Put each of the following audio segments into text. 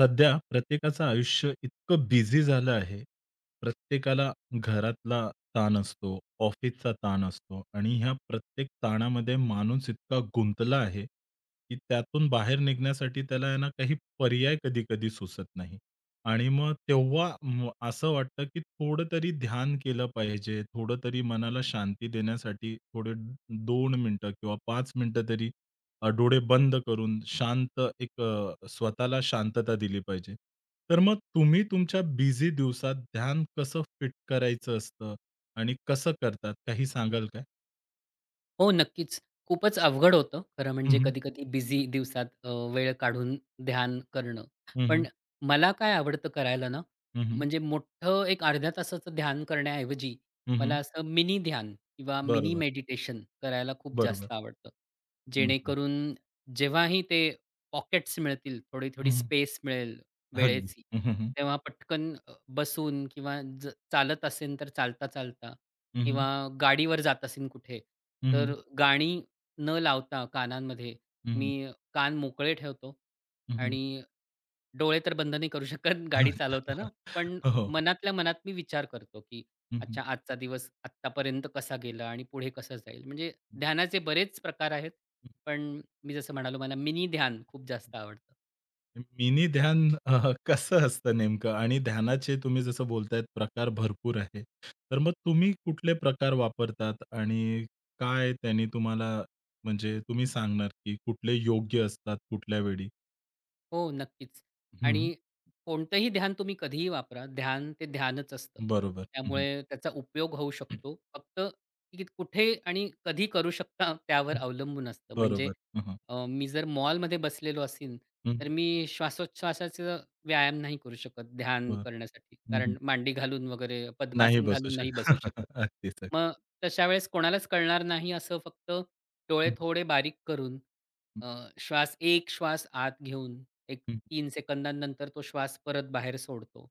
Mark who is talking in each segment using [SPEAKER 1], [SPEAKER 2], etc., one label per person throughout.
[SPEAKER 1] सध्या प्रत्येकाचं आयुष्य इतकं बिझी झालं आहे. प्रत्येकाला घरातला ताण असतो, ऑफिसचा ताण असतो आणि ह्या प्रत्येक ताणामध्ये माणूस इतका गुंतला आहे, की त्यातून बाहेर निघण्यासाठी त्याला आहे ना काही पर्याय कधी-कधी सुचत नाही. आणि मग तेव्हा असं वाटतं, की थोडं तरी ध्यान केलं पाहिजे, थोडं तरी मनाला शांती देण्यासाठी थोडे 2 मिनिटं किंवा 5 मिनिटं तरी डोळे बंद करून शांत एक स्वतःला शांतता दिली पाहिजे. तर मग तुम्ही तुमच्या बिझी दिवसात ध्यान कसं फिट करायचं असतं आणि कसं करतात? काही सांगाल काय?
[SPEAKER 2] हो, नक्कीच. खूपच अवघड होतं खरं
[SPEAKER 1] हं,
[SPEAKER 2] म्हणजे
[SPEAKER 1] हं.
[SPEAKER 2] कधी-कधी बिझी दिवसात वेळ काढून ध्यान करणं.
[SPEAKER 1] हं,
[SPEAKER 2] पण
[SPEAKER 1] हं.
[SPEAKER 2] मला काय आवडतं करायला ना,
[SPEAKER 1] हं, हं.
[SPEAKER 2] म्हणजे मोठं एक अर्ध्या तासाचं ध्यान करण्याऐवजी
[SPEAKER 1] हं, हं.
[SPEAKER 2] मला असं मिनी ध्यान किंवा मिनी
[SPEAKER 1] बरोबर,
[SPEAKER 2] मेडिटेशन करायला खूप
[SPEAKER 1] बरोबर.
[SPEAKER 2] जास्त आवडतं.
[SPEAKER 1] हं, हं.
[SPEAKER 2] जेणेकरून जेव्हाही ते पॉकेट्स मिळतील, थोडी-थोडी
[SPEAKER 1] हं, हं.
[SPEAKER 2] स्पेस मिळेल
[SPEAKER 1] अगदी.
[SPEAKER 2] वेळेची,
[SPEAKER 1] हं, हं, हं.
[SPEAKER 2] तेव्हा पटकन बसून किंवा चालत असेन तर चालता-चालता
[SPEAKER 1] हं, हं.
[SPEAKER 2] किंवा गाडीवर जात असेन कुठे,
[SPEAKER 1] हं, हं.
[SPEAKER 2] तर गाणी न लावता कानांमध्ये
[SPEAKER 1] हं, हं.
[SPEAKER 2] मी कान मोकळे ठेवतो आणि डोळे तर बंद नाही करू शकत गाडी
[SPEAKER 1] अच्छा.
[SPEAKER 2] चालवताना. पण
[SPEAKER 1] हो, हो.
[SPEAKER 2] मनातल्या मनात मी विचार करतो, की
[SPEAKER 1] हं, हं.
[SPEAKER 2] अच्छा आजचा दिवस आत्तापर्यंत कसा गेला आणि पुढे कसं जाईल? म्हणजे
[SPEAKER 1] हं,
[SPEAKER 2] ध्यानाचे बरेच प्रकार आहेत.
[SPEAKER 1] हं.
[SPEAKER 2] पण मी जसं म्हणालो मला मिनी ध्यान खूप जास्त आवडतं.
[SPEAKER 1] मिनी ध्यान कसं असतं नेमकं? आणि ध्यानाचे तुम्ही जसं बोलतायत प्रकार भरपूर आहे. तर मग तुम्ही कुठले प्रकार वापरतात आणि काय त्याने तुम्हाला म्हणजे तुम्ही सांगणार, की कुठले योग्य असतात कुठल्या वेळी?
[SPEAKER 2] हो, नक्कीच.
[SPEAKER 1] हं.
[SPEAKER 2] आणि कोणतंही ध्यान तुम्ही कधीही वापरा. ध्यान ते ध्यानच असतं.
[SPEAKER 1] बरोबर. हं, हं.
[SPEAKER 2] त्यामुळे त्याचा उपयोग होऊ शकतो. फक्त की कुठे आणि कधी करू शकता त्यावर अवलंबून असतं. म्हणजे
[SPEAKER 1] बरोबर. हं, हं.
[SPEAKER 2] मी जर मॉलमध्ये बसलेलो असीन, तर मी श्वासोच्छवासाचा व्यायाम नाही करू शकत ध्यान
[SPEAKER 1] बरं.
[SPEAKER 2] करण्यासाठी.
[SPEAKER 1] हं, हं.
[SPEAKER 2] कारण मांडी घालून वगैरे
[SPEAKER 1] नाही
[SPEAKER 2] पद्मासन
[SPEAKER 1] बसू
[SPEAKER 2] घालून नाही
[SPEAKER 1] शकत.
[SPEAKER 2] बसू शकत.
[SPEAKER 1] अगदीच, अगदी.
[SPEAKER 2] मग तशा वेळेस कोणालाच कळणार नाही असं फक्त डोळे
[SPEAKER 1] हं,
[SPEAKER 2] थोडे बारीक करून
[SPEAKER 1] हं,
[SPEAKER 2] अ, एक श्वास आत घेऊन एक
[SPEAKER 1] हं,
[SPEAKER 2] 3 सेकंदानंतर तो श्वास परत बाहेर सोडतो.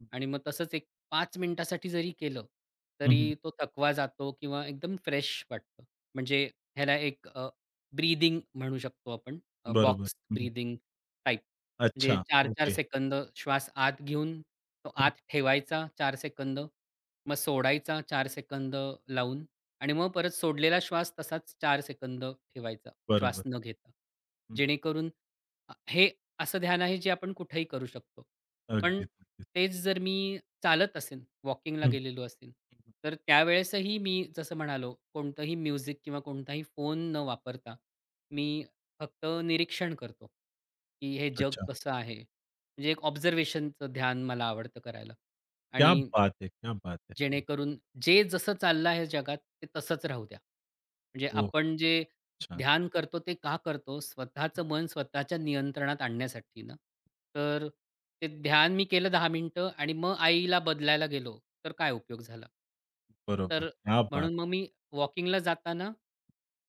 [SPEAKER 1] हं.
[SPEAKER 2] आणि मग तसंच एक 5 मिनिटासाठी जरी केलं,
[SPEAKER 1] हं,
[SPEAKER 2] तरी तो थकवा जातो किंवा एकदम फ्रेश वाटतं. म्हणजे ह्याला एक ब्रीथिंग म्हणू शकतो आपण.
[SPEAKER 1] बरोबर.
[SPEAKER 2] बॉक्स
[SPEAKER 1] हं.
[SPEAKER 2] Breathing type. म्हणजे
[SPEAKER 1] अच्छा.
[SPEAKER 2] चार चार
[SPEAKER 1] ओके.
[SPEAKER 2] सेकंद श्वास आत घेऊन तो
[SPEAKER 1] हं,
[SPEAKER 2] आत ठेवायचा 4 सेकंद, मग सोडायचा 4 सेकंद लावून आणि मग परत सोडलेला श्वास तसाच 4 सेकंद ठेवायचा श्वास
[SPEAKER 1] बरोबर.
[SPEAKER 2] न घेता.
[SPEAKER 1] हं.
[SPEAKER 2] जेणेकरून हे असं ध्यान आहे जे आपण कुठेही करू शकतो. पण
[SPEAKER 1] अगदीच, अगदीच.
[SPEAKER 2] तेच जर मी चालत असेन, वॉकिंगला
[SPEAKER 1] हं,
[SPEAKER 2] गेलेलो असेन,
[SPEAKER 1] हं.
[SPEAKER 2] तर त्यावेळेसही मी जसं म्हणालो, कोणतंही म्युझिक किंवा कोणताही फोन न वापरता मी फक्त निरीक्षण करतो, की हे जग
[SPEAKER 1] अच्छा.
[SPEAKER 2] कसं आहे. म्हणजे एक ऑब्झर्वेशनचं ध्यान मला आवडतं करायला
[SPEAKER 1] क्या
[SPEAKER 2] आणि
[SPEAKER 1] बात है! क्या बात है! हं.
[SPEAKER 2] जेणेकरून जे जसं चाललं आहे जगात ते तसंच राहू द्या. म्हणजे
[SPEAKER 1] ओह,
[SPEAKER 2] आपण जे
[SPEAKER 1] छान.
[SPEAKER 2] ध्यान करतो ते का करतो?
[SPEAKER 1] हं.
[SPEAKER 2] स्वतःचं मन स्वतःच्या नियंत्रणात आणण्यासाठी ना. तर ते ध्यान मी केलं 10 मिनिटं आणि मग आईला बदलायला गेलो, तर काय उपयोग झाला?
[SPEAKER 1] बरोबर.
[SPEAKER 2] तर
[SPEAKER 1] क्या बात!
[SPEAKER 2] म्हणून मग मी वॉकिंगला जाताना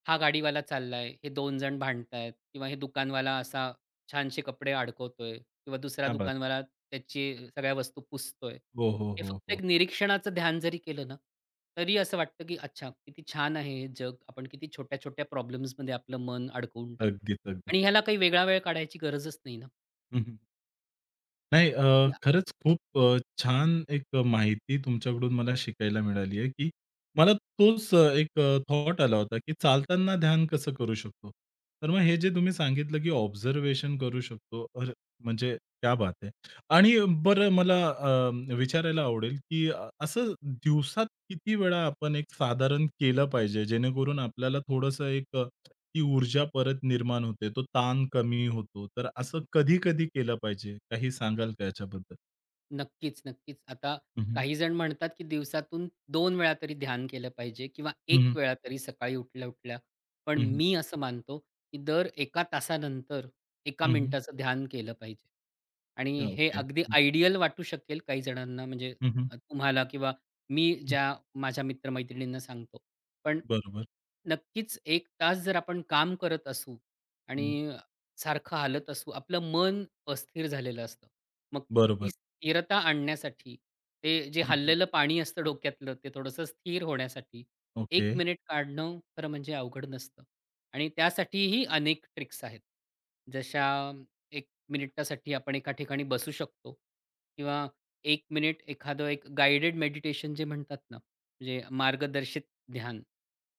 [SPEAKER 2] हा गाडीवाला चाललाय, हे 2 जण भांडतायत किंवा हे दुकानवाला असा छानसे कपडे अडकवतोय किंवा दुसरा
[SPEAKER 1] क्या बात! आहे.
[SPEAKER 2] दुकानवाला त्याची सगळ्या वस्तू पुसतोय.
[SPEAKER 1] हो, हो,
[SPEAKER 2] हे
[SPEAKER 1] हो,
[SPEAKER 2] फक्त
[SPEAKER 1] हो.
[SPEAKER 2] एक निरीक्षणाचं ध्यान जरी केलं ना, तरी असं वाटतं की अच्छा किती छान आहे हे जग. आपण किती छोट्या-छोट्या प्रॉब्लेम्समध्ये आपलं मन अडकवून टाकतो
[SPEAKER 1] अगदीच, अगदीच.
[SPEAKER 2] आणि ह्याला काही वेगळा वेळ काढायची गरजच नाही ना.
[SPEAKER 1] हं, नाही खरंच खूप छान एक माहिती तुमच्याकडून मला शिकायला मिळाली आहे, की मला तोच एक थॉट आला होता, की चालताना ध्यान कसं करू शकतो? तर मग हे जे तुम्ही सांगितलं, की ऑब्झर्वेशन करू शकतो. अरे, म्हणजे क्या बात है! आणि बरं मला विचारायला आवडेल, की असं दिवसात किती वेळा आपण एक साधारण केलं पाहिजे, जेणेकरून आपल्याला थोडंसं एक ती ऊर्जा परत निर्माण होते. तो ताण कमी होतो. तर असं कधी-कधी केलं पाहिजे? काही सांगाल का याच्याबद्दल?
[SPEAKER 2] नक्कीच, नक्कीच. आता
[SPEAKER 1] हं, हं.
[SPEAKER 2] काही जण म्हणतात, की दिवसातून 2 वेळा तरी ध्यान केलं पाहिजे किंवा
[SPEAKER 1] हं,
[SPEAKER 2] 1
[SPEAKER 1] हं.
[SPEAKER 2] वेळा तरी सकाळी उठल्या-उठल्या. पण
[SPEAKER 1] हं, हं.
[SPEAKER 2] मी असं मानतो, की दर एका तासानंतर एका
[SPEAKER 1] हं, हं.
[SPEAKER 2] मिनिटाचं ध्यान केलं पाहिजे. आणि हे
[SPEAKER 1] ओके.
[SPEAKER 2] अगदी आयडियल वाटू शकेल काही जणांना म्हणजे
[SPEAKER 1] हं, हं,
[SPEAKER 2] तुम्हाला किंवा मी
[SPEAKER 1] हं.
[SPEAKER 2] ज्या माझ्या मित्र सांगतो. पण
[SPEAKER 1] बरोबर.
[SPEAKER 2] नक्कीच 1 तास जर आपण काम करत असू
[SPEAKER 1] हं.
[SPEAKER 2] आणि सारखं हालत असू, आपलं मन अस्थिर झालेलं असतं. मग
[SPEAKER 1] बरोबर.
[SPEAKER 2] ती स्थिरता आणण्यासाठी, ते जे
[SPEAKER 1] हं, हं.
[SPEAKER 2] हललेलं पाणी असतं डोक्यातलं, ते थोडंसं स्थिर होण्यासाठी
[SPEAKER 1] ओके.
[SPEAKER 2] एक मिनिट काढणं खरं म्हणजे अवघड नसतं आणि त्यासाठीही अनेक ट्रिक्स आहेत. जशा एक मिनिटासाठी आपण एका ठिकाणी बसू शकतो किंवा 1 मिनिट एखादं एक गाइड़ेड मेडिटेशन जे म्हणतात ना, म्हणजे मार्गदर्शित ध्यान,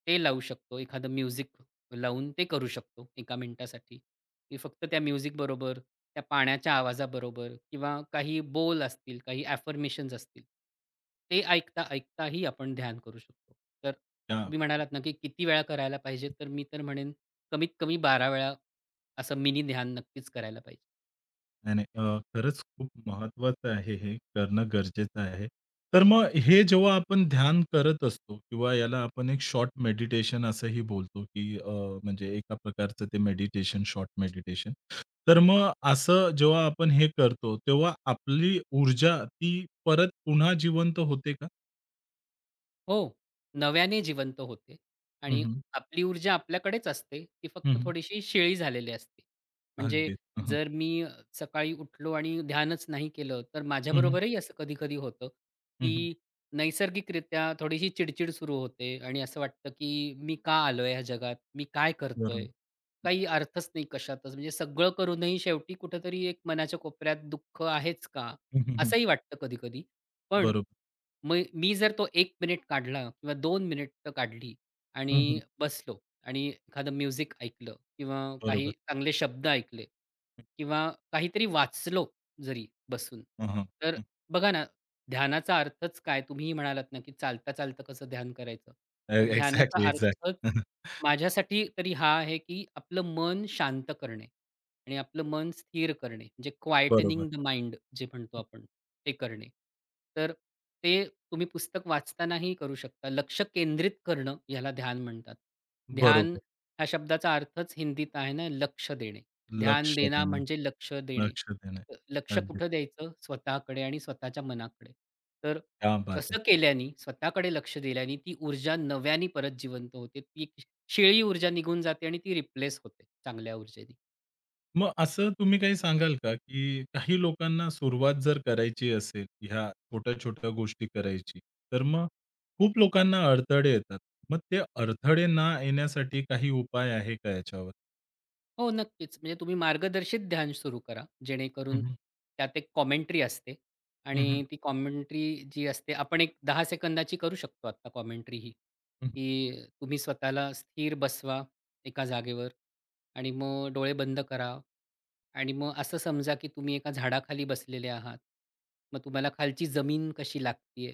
[SPEAKER 2] ते लावू शकतो. एखादं म्युझिक लावून ते करू शकतो 1 मिनिटासाठी. की फक्त त्या म्युझिकबरोबर, त्या पाण्याच्या आवाजाबरोबर किंवा काही बोल असतील, काही अफर्मेशन्स असतील. ते ऐकता-ऐकताही आपण ध्यान करू शकतो. तर
[SPEAKER 1] त्या
[SPEAKER 2] तुम्ही म्हणालात ना, की किती वेळा करायला पाहिजे? तर मी तर म्हणेन कमीत कमी 12 वेळा असं मिनी ध्यान नक्कीच करायला पाहिजे.
[SPEAKER 1] नाही, नाही. खरंच खूप महत्वाचं आहे हे करणं गरजेचं आहे. तर मग हे जेव्हा आपण ध्यान करत असतो किंवा याला आपण एक शॉर्ट मेडिटेशन असंही बोलतो, की म्हणजे एका प्रकारचं ते मेडिटेशन, शॉर्ट मेडिटेशन. तर मग असं जेव्हा आपण हे करतो, तेव्हा आपली ऊर्जा ती परत पुन्हा जिवंत होते का?
[SPEAKER 2] हो, नव्याने जिवंत होते
[SPEAKER 1] हं,
[SPEAKER 2] आणि
[SPEAKER 1] हं.
[SPEAKER 2] आपली ऊर्जा आपल्याकडेच असते, ती
[SPEAKER 1] हं,
[SPEAKER 2] फक्त
[SPEAKER 1] हं.
[SPEAKER 2] थोडीशी शिळी झालेली असते. म्हणजे
[SPEAKER 1] अगदीच. हं,
[SPEAKER 2] जर मी सकाळी उठलो आणि ध्यानच नाही केलं, तर माझ्याबरोबरही असं कधी-कधी होतं, की नैसर्गिकरित्या थोडीशी चिडचिड सुरू होते आणि असं वाटतं, की मी का आलोय ह्या जगात? मी काय करतोय?
[SPEAKER 1] बरोबर.
[SPEAKER 2] काही अर्थच नाही कशातच. म्हणजे सगळं करूनही शेवटी कुठेतरी एक मनाच्या कोपऱ्यात दुःख आहेच का?
[SPEAKER 1] हं, हं,
[SPEAKER 2] असंही वाटतं कधी-कधी. पण
[SPEAKER 1] बरोबर.
[SPEAKER 2] मग मी जर तो एक मिनिट काढला किंवा 2 मिनिटं काढली
[SPEAKER 1] हं,
[SPEAKER 2] आणि बसलो आणि एखादं म्युझिक ऐकलं किंवा काही
[SPEAKER 1] बरोबर.
[SPEAKER 2] चांगले शब्द ऐकले किंवा काहीतरी वाचलो जरी बसून, तर बघा ना, ध्यानाचा अर्थच काय? तुम्हीही म्हणालात ना, की चालता-चालता कसं ध्यान करायचं? तर ध्यानाचा
[SPEAKER 1] एक्झॅक्टली,
[SPEAKER 2] अर्थच
[SPEAKER 1] एक्झॅक्टली.
[SPEAKER 2] माझ्यासाठी तरी हा आहे, की आपलं मन शांत करणे आणि आपलं मन स्थिर करणे, म्हणजे
[SPEAKER 1] बरोबर.
[SPEAKER 2] क्वाइटनिंग द माइंड जे म्हणतो आपण. ते करणे. तर ते तुम्ही पुस्तक वाचतानाही करू शकता. लक्ष केंद्रित करणं याला ध्यान म्हणतात. ध्यान
[SPEAKER 1] बरोबर.
[SPEAKER 2] ह्या शब्दाचा अर्थच हिंदीत आहे ना, लक्ष देणे.
[SPEAKER 1] लक्ष
[SPEAKER 2] ध्यान देना
[SPEAKER 1] देणे,
[SPEAKER 2] म्हणजे लक्ष देणे.
[SPEAKER 1] लक्ष देणे.
[SPEAKER 2] लक्ष
[SPEAKER 1] अगदी
[SPEAKER 2] कुठं द्यायचं? स्वतःकडे आणि स्वतःच्या मनाकडे. तर
[SPEAKER 1] क्या बात
[SPEAKER 2] तसं
[SPEAKER 1] है!
[SPEAKER 2] केल्याने, स्वतःकडे लक्ष दिल्याने ती ऊर्जा नव्याने परत जिवंत होते. ती एक शेळी ऊर्जा निघून जाते आणि ती रिप्लेस होते चांगल्या ऊर्जेने.
[SPEAKER 1] मग असं तुम्ही काही सांगाल का, की काही लोकांना सुरुवात जर करायची असेल, ह्या छोट्या-छोट्या गोष्टी करायची, तर मग खूप लोकांना अडथळे येतात. मग ते अडथळे ना येण्यासाठी काही उपाय आहे का याच्यावर?
[SPEAKER 2] हो, नक्कीच. म्हणजे तुम्ही मार्गदर्शित ध्यान सुरू करा. जेणेकरून
[SPEAKER 1] हं, हं.
[SPEAKER 2] त्यात एक कॉमेंट्री असते
[SPEAKER 1] हं, हं.
[SPEAKER 2] आणि ती कॉमेंट्री जी असते आपण एक 10 सेकंदाची करू शकतो आत्ता कॉमेंट्री ही, की तुम्ही स्वतःला स्थिर बसवा एका जागेवर आणि मग डोळे बंद करा. आणि मग असं समजा, की तुम्ही एका झाडाखाली बसलेले आहात. मग तुम्हाला खालची जमीन कशी लागतीये,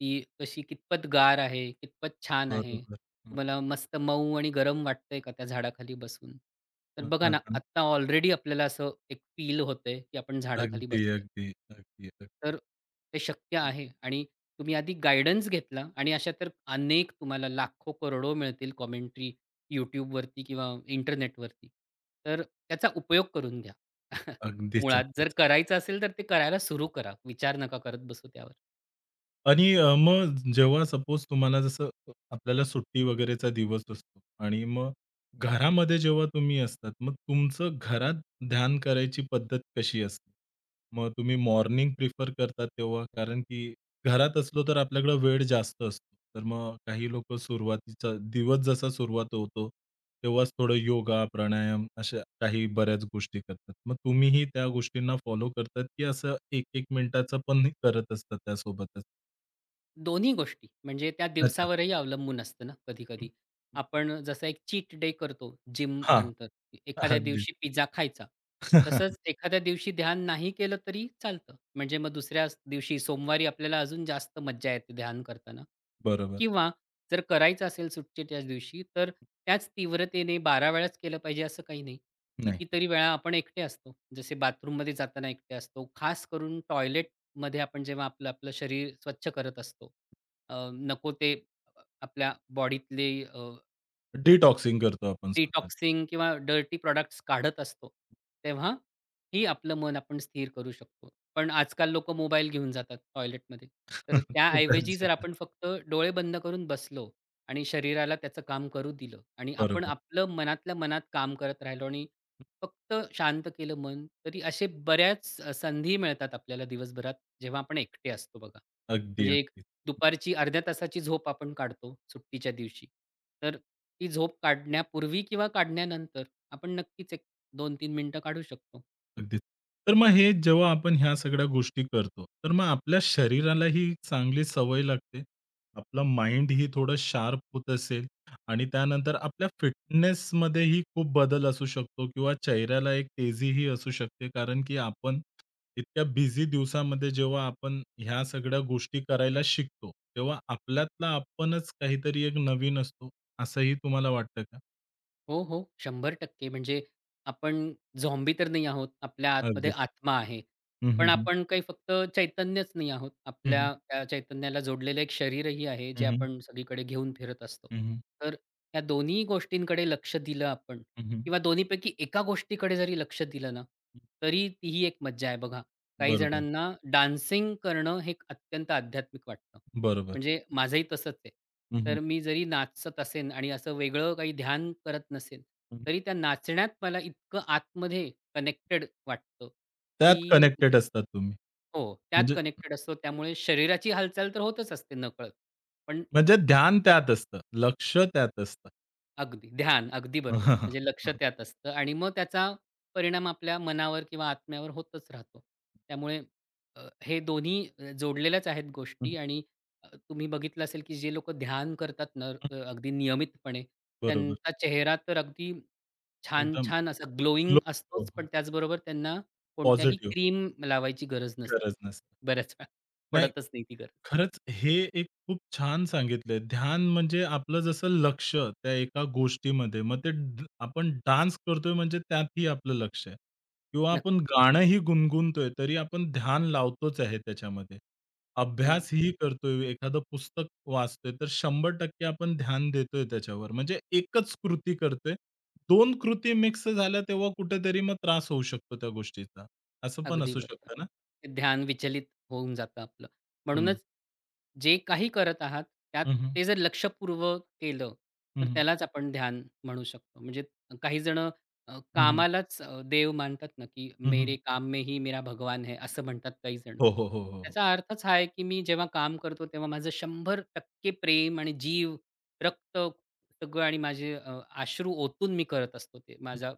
[SPEAKER 2] ती कशी कितपत गार आहे, कितपत छान आहे.
[SPEAKER 1] बरोबर.
[SPEAKER 2] तुम्हाला मस्त मऊ आणि गरम वाटतंय का त्या झाडाखाली बसून? तर
[SPEAKER 1] हं,
[SPEAKER 2] बघा
[SPEAKER 1] हं,
[SPEAKER 2] ना,
[SPEAKER 1] हं.
[SPEAKER 2] आत्ता ऑलरेडी आपल्याला असं एक फील होतंय, की आपण झाडाखाली
[SPEAKER 1] अगदी,
[SPEAKER 2] बसलोय.
[SPEAKER 1] अगदी, अगदी, अगदी.
[SPEAKER 2] तर ते शक्य आहे आणि तुम्ही आधी गाईडन्स घेतला आणि अशा तर अनेक तुम्हाला लाखो, करोडो मिळतील कॉमेंटरी YouTubeवरती किंवा इंटरनेटवरती. तर त्याचा उपयोग करून घ्या.
[SPEAKER 1] अगदीच,
[SPEAKER 2] मुळात जर
[SPEAKER 1] अगदीच.
[SPEAKER 2] करायचं असेल, तर ते करायला सुरू करा. विचार नका करत बसू त्यावर.
[SPEAKER 1] आणि मग जेव्हा सपोज तुम्हाला जसं आपल्याला सुट्टी वगैरेचा दिवस असतो आणि मग घरामध्ये जेव्हा तुम्ही असतात, मग तुमचं घरात ध्यान करायची पद्धत कशी असते? मग तुम्ही मॉर्निंग प्रिफर करतात तेव्हा कारण की घरात असलो तर आपल्याकडे वेळ जास्त असतो. तर मग काही लोकं सुरुवातीचा दिवस जसा सुरुवात होतो, तेव्हाच थोडं योगा, प्राणायाम अशा काही बऱ्याच गोष्टी करतात. मग तुम्हीही त्या गोष्टींना फॉलो करतात, की असं 1-1 मिनिटाचं पण करत असतात त्यासोबतच?
[SPEAKER 2] दोन्ही गोष्टी. म्हणजे त्या
[SPEAKER 1] अच्छा.
[SPEAKER 2] दिवसावरही अवलंबून असतं ना
[SPEAKER 1] हं,
[SPEAKER 2] कधी-कधी.
[SPEAKER 1] हं.
[SPEAKER 2] आपण जसा एक चीट डे करतो जिम
[SPEAKER 1] हां,
[SPEAKER 2] नंतर एखाद्या
[SPEAKER 1] अगदीच.
[SPEAKER 2] दिवशी पिझ्झा खायचा. तसंच एखाद्या दिवशी ध्यान नाही केलं तरी चालतं. म्हणजे मग दुसऱ्या दिवशी सोमवारी आपल्याला अजून जास्त मज्जा येते ध्यान करताना.
[SPEAKER 1] बरोबर.
[SPEAKER 2] किंवा जर करायचं असेल सुट्टीच्याच दिवशी, तर त्याच तीव्रतेने 12 वेळाच केलं पाहिजे असं काही नाही.
[SPEAKER 1] नाही,
[SPEAKER 2] कितीतरी वेळा आपण एकटे असतो. जसे बाथरूममध्ये जाताना एकटे असतो. खास करून मध्ये आपण जेव्हा आपलं आपलं शरीर स्वच्छ करत असतो, नको ते आपल्या बॉडीतले
[SPEAKER 1] डिटॉक्सिंग करतो आपण स्वतःला.
[SPEAKER 2] डिटॉक्सिंग किंवा डर्टी प्रॉडक्ट्स काढत असतो, तेव्हा ही आपलं मन आपण स्थिर करू शकतो. पण आजकाल लोकं मोबाईल घेऊन जातात टॉयलेटमध्ये. तर
[SPEAKER 1] खूप
[SPEAKER 2] त्याऐवजी
[SPEAKER 1] गरजेचं
[SPEAKER 2] जर
[SPEAKER 1] आहे.
[SPEAKER 2] आपण फक्त डोळे बंद करून बसलो आणि शरीराला त्याचं काम करू दिलं आणि आपण
[SPEAKER 1] बरोबर.
[SPEAKER 2] आपलं मनातल्या मनात काम करत राहिलो आणि फक्त शांत केलं मन, तरी असे बऱ्याच संधी मिळतात आपल्याला दिवसभरात, जेव्हा आपण एकटे असतो बघा.
[SPEAKER 1] अगदी,
[SPEAKER 2] म्हणजे एक
[SPEAKER 1] अगदी.
[SPEAKER 2] दुपारची अर्ध्या तासाची झोप आपण काढतो सुट्टीच्या दिवशी. तर ती झोप काढण्यापूर्वी किंवा काढण्यानंतर आपण नक्कीच एक 2-3 मिनिटं काढू शकतो.
[SPEAKER 1] अगदीच. तर मग हे जेव्हा आपण ह्या सगळ्या गोष्टी करतो, तर मग आपल्या शरीराला ही चांगली सवय लागते. आपला माइंड ही थोडं शार्प होत असेल आणि त्यानंतर आपल्या फिटनेसमध्येही खूप बदल असू शकतो किंवा चेहऱ्याला एक तेजीही असू शकते. कारण की आपण इतक्या बिझी दिवसामध्ये जेव्हा आपण ह्या सगळ्या गोष्टी करायला शिकतो, तेव्हा आपल्यातला आपणच काहीतरी एक नवीन असतो, असंही तुम्हाला वाटतं का?
[SPEAKER 2] हो, हो. 100% म्हणजे आपण झॉम्बी तर नाही आहोत. आपल्या आतमध्ये
[SPEAKER 1] अगदीच.
[SPEAKER 2] आत्मा आहे.
[SPEAKER 1] हं, हं,
[SPEAKER 2] पण
[SPEAKER 1] हं.
[SPEAKER 2] आपण काही फक्त चैतन्यच नाही आहोत.
[SPEAKER 1] हं, हं.
[SPEAKER 2] आपल्या त्या चैतन्याला जोडलेलं एक शरीरही आहे,
[SPEAKER 1] हं,
[SPEAKER 2] जे
[SPEAKER 1] हं.
[SPEAKER 2] आपण सगळीकडे घेऊन फिरत असतो.
[SPEAKER 1] हं,
[SPEAKER 2] तर या दोन्ही गोष्टींकडे लक्ष दिलं आपण किंवा दोन्हीपैकी एका गोष्टीकडे जरी लक्ष दिलं ना, तरी तीही एक मज्जा आहे बघा. काही
[SPEAKER 1] बरोबर,
[SPEAKER 2] जणांना डान्सिंग करणं हे एक अत्यंत आध्यात्मिक वाटतं.
[SPEAKER 1] बरोबर.
[SPEAKER 2] म्हणजे माझंही तसंच आहे.
[SPEAKER 1] हं, हं,
[SPEAKER 2] तर मी जरी नाचत असेन आणि असं वेगळं काही ध्यान करत नसेन,
[SPEAKER 1] हं.
[SPEAKER 2] तरी त्या नाचण्यात मला इतकं आतमध्ये कनेक्टेड वाटतं,
[SPEAKER 1] त्यात
[SPEAKER 2] की
[SPEAKER 1] कनेक्टेड असतात तुम्ही.
[SPEAKER 2] हो, त्यात
[SPEAKER 1] म्हणजे
[SPEAKER 2] कनेक्टेड असतो. त्यामुळे शरीराची हालचाल तर होतच असते नकळत. पण
[SPEAKER 1] म्हणजे ध्यान त्यात असतं. लक्ष त्यात असतं.
[SPEAKER 2] अगदी. ध्यान. अगदी बरोबर. म्हणजे लक्ष त्यात असतं आणि मग त्याचा परिणाम आपल्या मनावर किंवा आत्म्यावर होतच राहतो. त्यामुळे अ, हे दोन्ही जोडलेल्याच आहेत
[SPEAKER 1] हं,
[SPEAKER 2] गोष्टी आणि तुम्ही बघितलं असेल, की जे लोकं ध्यान करतात ना
[SPEAKER 1] हं.
[SPEAKER 2] अगदी नियमितपणे,
[SPEAKER 1] बरोबर.
[SPEAKER 2] त्यांचा चेहरा तर अगदी
[SPEAKER 1] एकदम
[SPEAKER 2] छान-छान असा ग्लोइंग
[SPEAKER 1] ग्लो,
[SPEAKER 2] असतोच, पण त्याचबरोबर त्यांना कोणत्याही
[SPEAKER 1] पॉझिटिव्ह
[SPEAKER 2] क्रीम लावायची गरज नसते.
[SPEAKER 1] गरज नसते.
[SPEAKER 2] बऱ्याच वेळा
[SPEAKER 1] नाही
[SPEAKER 2] पडतच नाही ती गरज.
[SPEAKER 1] खरंच हे एक खूप छान सांगितलंय. ध्यान म्हणजे आपलं जसं लक्ष त्या एका गोष्टीमध्ये. मग ते आपण डान्स करतोय म्हणजे त्यातही आपलं लक्ष आहे किंवा आपण
[SPEAKER 2] नक्की.
[SPEAKER 1] गाणंही गुणगुणतोय तरी आपण ध्यान लावतोच आहे त्याच्यामध्ये.
[SPEAKER 2] हो.
[SPEAKER 1] अभ्यासही करतोय, एखादं पुस्तक वाचतोय तर 100% आपण ध्यान देतोय त्याच्यावर. म्हणजे एकच कृती करतोय. 2 कृती मिक्स झाल्या तेव्हा कुठेतरी मग त्रास होऊ शकतो त्या गोष्टीचा. असं पण
[SPEAKER 2] अगदी
[SPEAKER 1] असू
[SPEAKER 2] बरोबर.
[SPEAKER 1] शकतं ना?
[SPEAKER 2] ते ध्यान विचलित होऊन जातं आपलं.
[SPEAKER 1] हं.
[SPEAKER 2] म्हणूनच जे काही करत आहात, त्यात
[SPEAKER 1] हं, हं.
[SPEAKER 2] ते जर लक्षपूर्वक केलं,
[SPEAKER 1] हं,
[SPEAKER 2] तर
[SPEAKER 1] हं.
[SPEAKER 2] त्यालाच आपण ध्यान म्हणू शकतो. म्हणजे काही जण कामालाच देव मानतात ना, की "मेरे काम में ही मेरा भगवान है," असं म्हणतात काही जण.
[SPEAKER 1] हो, हो, हो, हो, हो.
[SPEAKER 2] त्याचा अर्थच हा आहे, की मी जेव्हा काम करतो, तेव्हा माझं 100% प्रेम आणि जीव, रक्त सगळं आणि माझे अश्रू ओतून मी करत असतो ते. माझा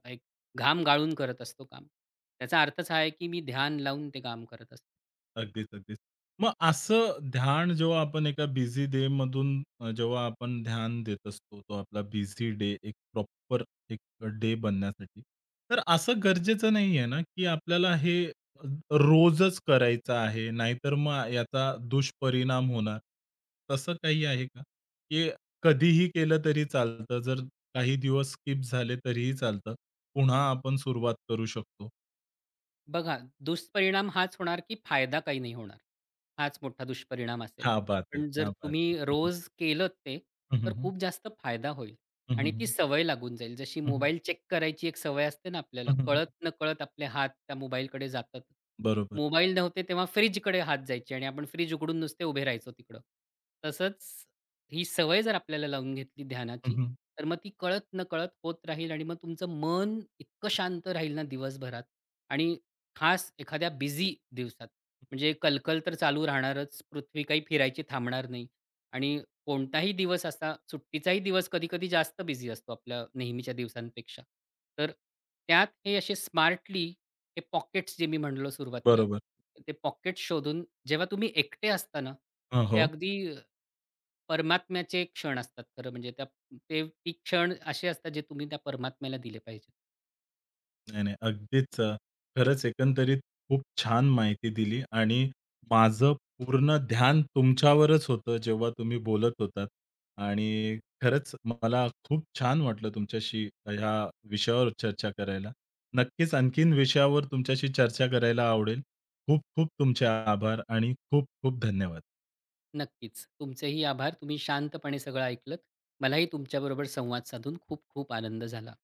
[SPEAKER 2] घाम गाळून करत असतो काम. त्याचा अर्थच हा आहे, की मी ध्यान लावून ते काम करत असतो.
[SPEAKER 1] अगदीच, अगदीच. मग असं ध्यान जेव्हा आपण एका बिझी डे मधून जेव्हा आपण ध्यान देत असतो, तो आपला बिझी डे एक प्रॉपर एक डे बनण्यासाठी. तर असं गरजेचं नाहीये ना, की आपल्याला हे रोजच करायचं आहे. नाहीतर मग याचा दुष्परिणाम होणार. तसं काही आहे का? की कधीही केलं तरी चालतं. जर काही दिवस स्किप झाले तरीही चालतं. पुन्हा आपण सुरुवात करू शकतो.
[SPEAKER 2] बघा, दुष्परिणाम हाच होणार, की फायदा काही नाही होणार. हाच मोठा दुष्परिणाम असेल.
[SPEAKER 1] क्या बात है!
[SPEAKER 2] पण जर
[SPEAKER 1] क्या बात
[SPEAKER 2] तुम्ही
[SPEAKER 1] है!
[SPEAKER 2] रोज केलंत ते,
[SPEAKER 1] हं, हं,
[SPEAKER 2] तर
[SPEAKER 1] हं.
[SPEAKER 2] खूप जास्त फायदा होईल
[SPEAKER 1] हं, हं,
[SPEAKER 2] आणि ती
[SPEAKER 1] हं.
[SPEAKER 2] सवय लागून जाईल. जशी
[SPEAKER 1] हं, हं.
[SPEAKER 2] मोबाईल चेक करायची एक सवय असते ना आपल्याला,
[SPEAKER 1] हं, हं, हं.
[SPEAKER 2] कळत-नकळत आपले हात त्या मोबाईलकडे जातात.
[SPEAKER 1] बरोबर.
[SPEAKER 2] मोबाईल नव्हते तेव्हा फ्रिजकडे हात जायचे आणि आपण फ्रिज उघडून नुसते उभे राहायचो तिकडं. तसंच ही सवय जर आपल्याला लावून घेतली
[SPEAKER 1] हं,
[SPEAKER 2] ध्यानाची,
[SPEAKER 1] हं.
[SPEAKER 2] तर मग ती कळत-नकळत होत राहील आणि मग तुमचं मन इतकं शांत राहील ना दिवसभरात आणि खास एखाद्या बिझी दिवसात म्हणजे कलकल तर चालू राहणारच. पृथ्वी काही फिरायची थांबणार नाही आणि कोणताही दिवस असा सुट्टीचाही दिवस कधी-कधी जास्त बिझी असतो आपल्या नेहमीच्या दिवसांपेक्षा. तर त्यात हे असे स्मार्टली हे पॉकेट्स जे मी म्हणालो सुरुवातीला,
[SPEAKER 1] बरोबर.
[SPEAKER 2] ते पॉकेट्स शोधून जेव्हा तुम्ही एकटे असता ते
[SPEAKER 1] हो.
[SPEAKER 2] अगदी परमात्म्याचे क्षण असतात खरं म्हणजे त्या ते ती क्षण असे असतात जे तुम्ही त्या परमात्म्याला दिले पाहिजेत.
[SPEAKER 1] नाही, नाही. अगदीच खरंच एकंदरीत खूप छान माहिती दिली आणि माझं पूर्ण ध्यान तुमच्यावरच होतं जेव्हा तुम्ही बोलत होतात आणि खरंच मला खूप छान वाटलं तुमच्याशी ह्या विषयावर चर्चा करायला. नक्कीच आणखीन विषयावर तुमच्याशी चर्चा करायला आवडेल. खूप खूप तुमचे आभार आणि खूप खूप धन्यवाद.
[SPEAKER 2] नक्कीच. तुमचेही आभार. तुम्ही शांतपणे सगळं ऐकलत. मलाही तुमच्याबरोबर संवाद साधून खूप खूप आनंद झाला.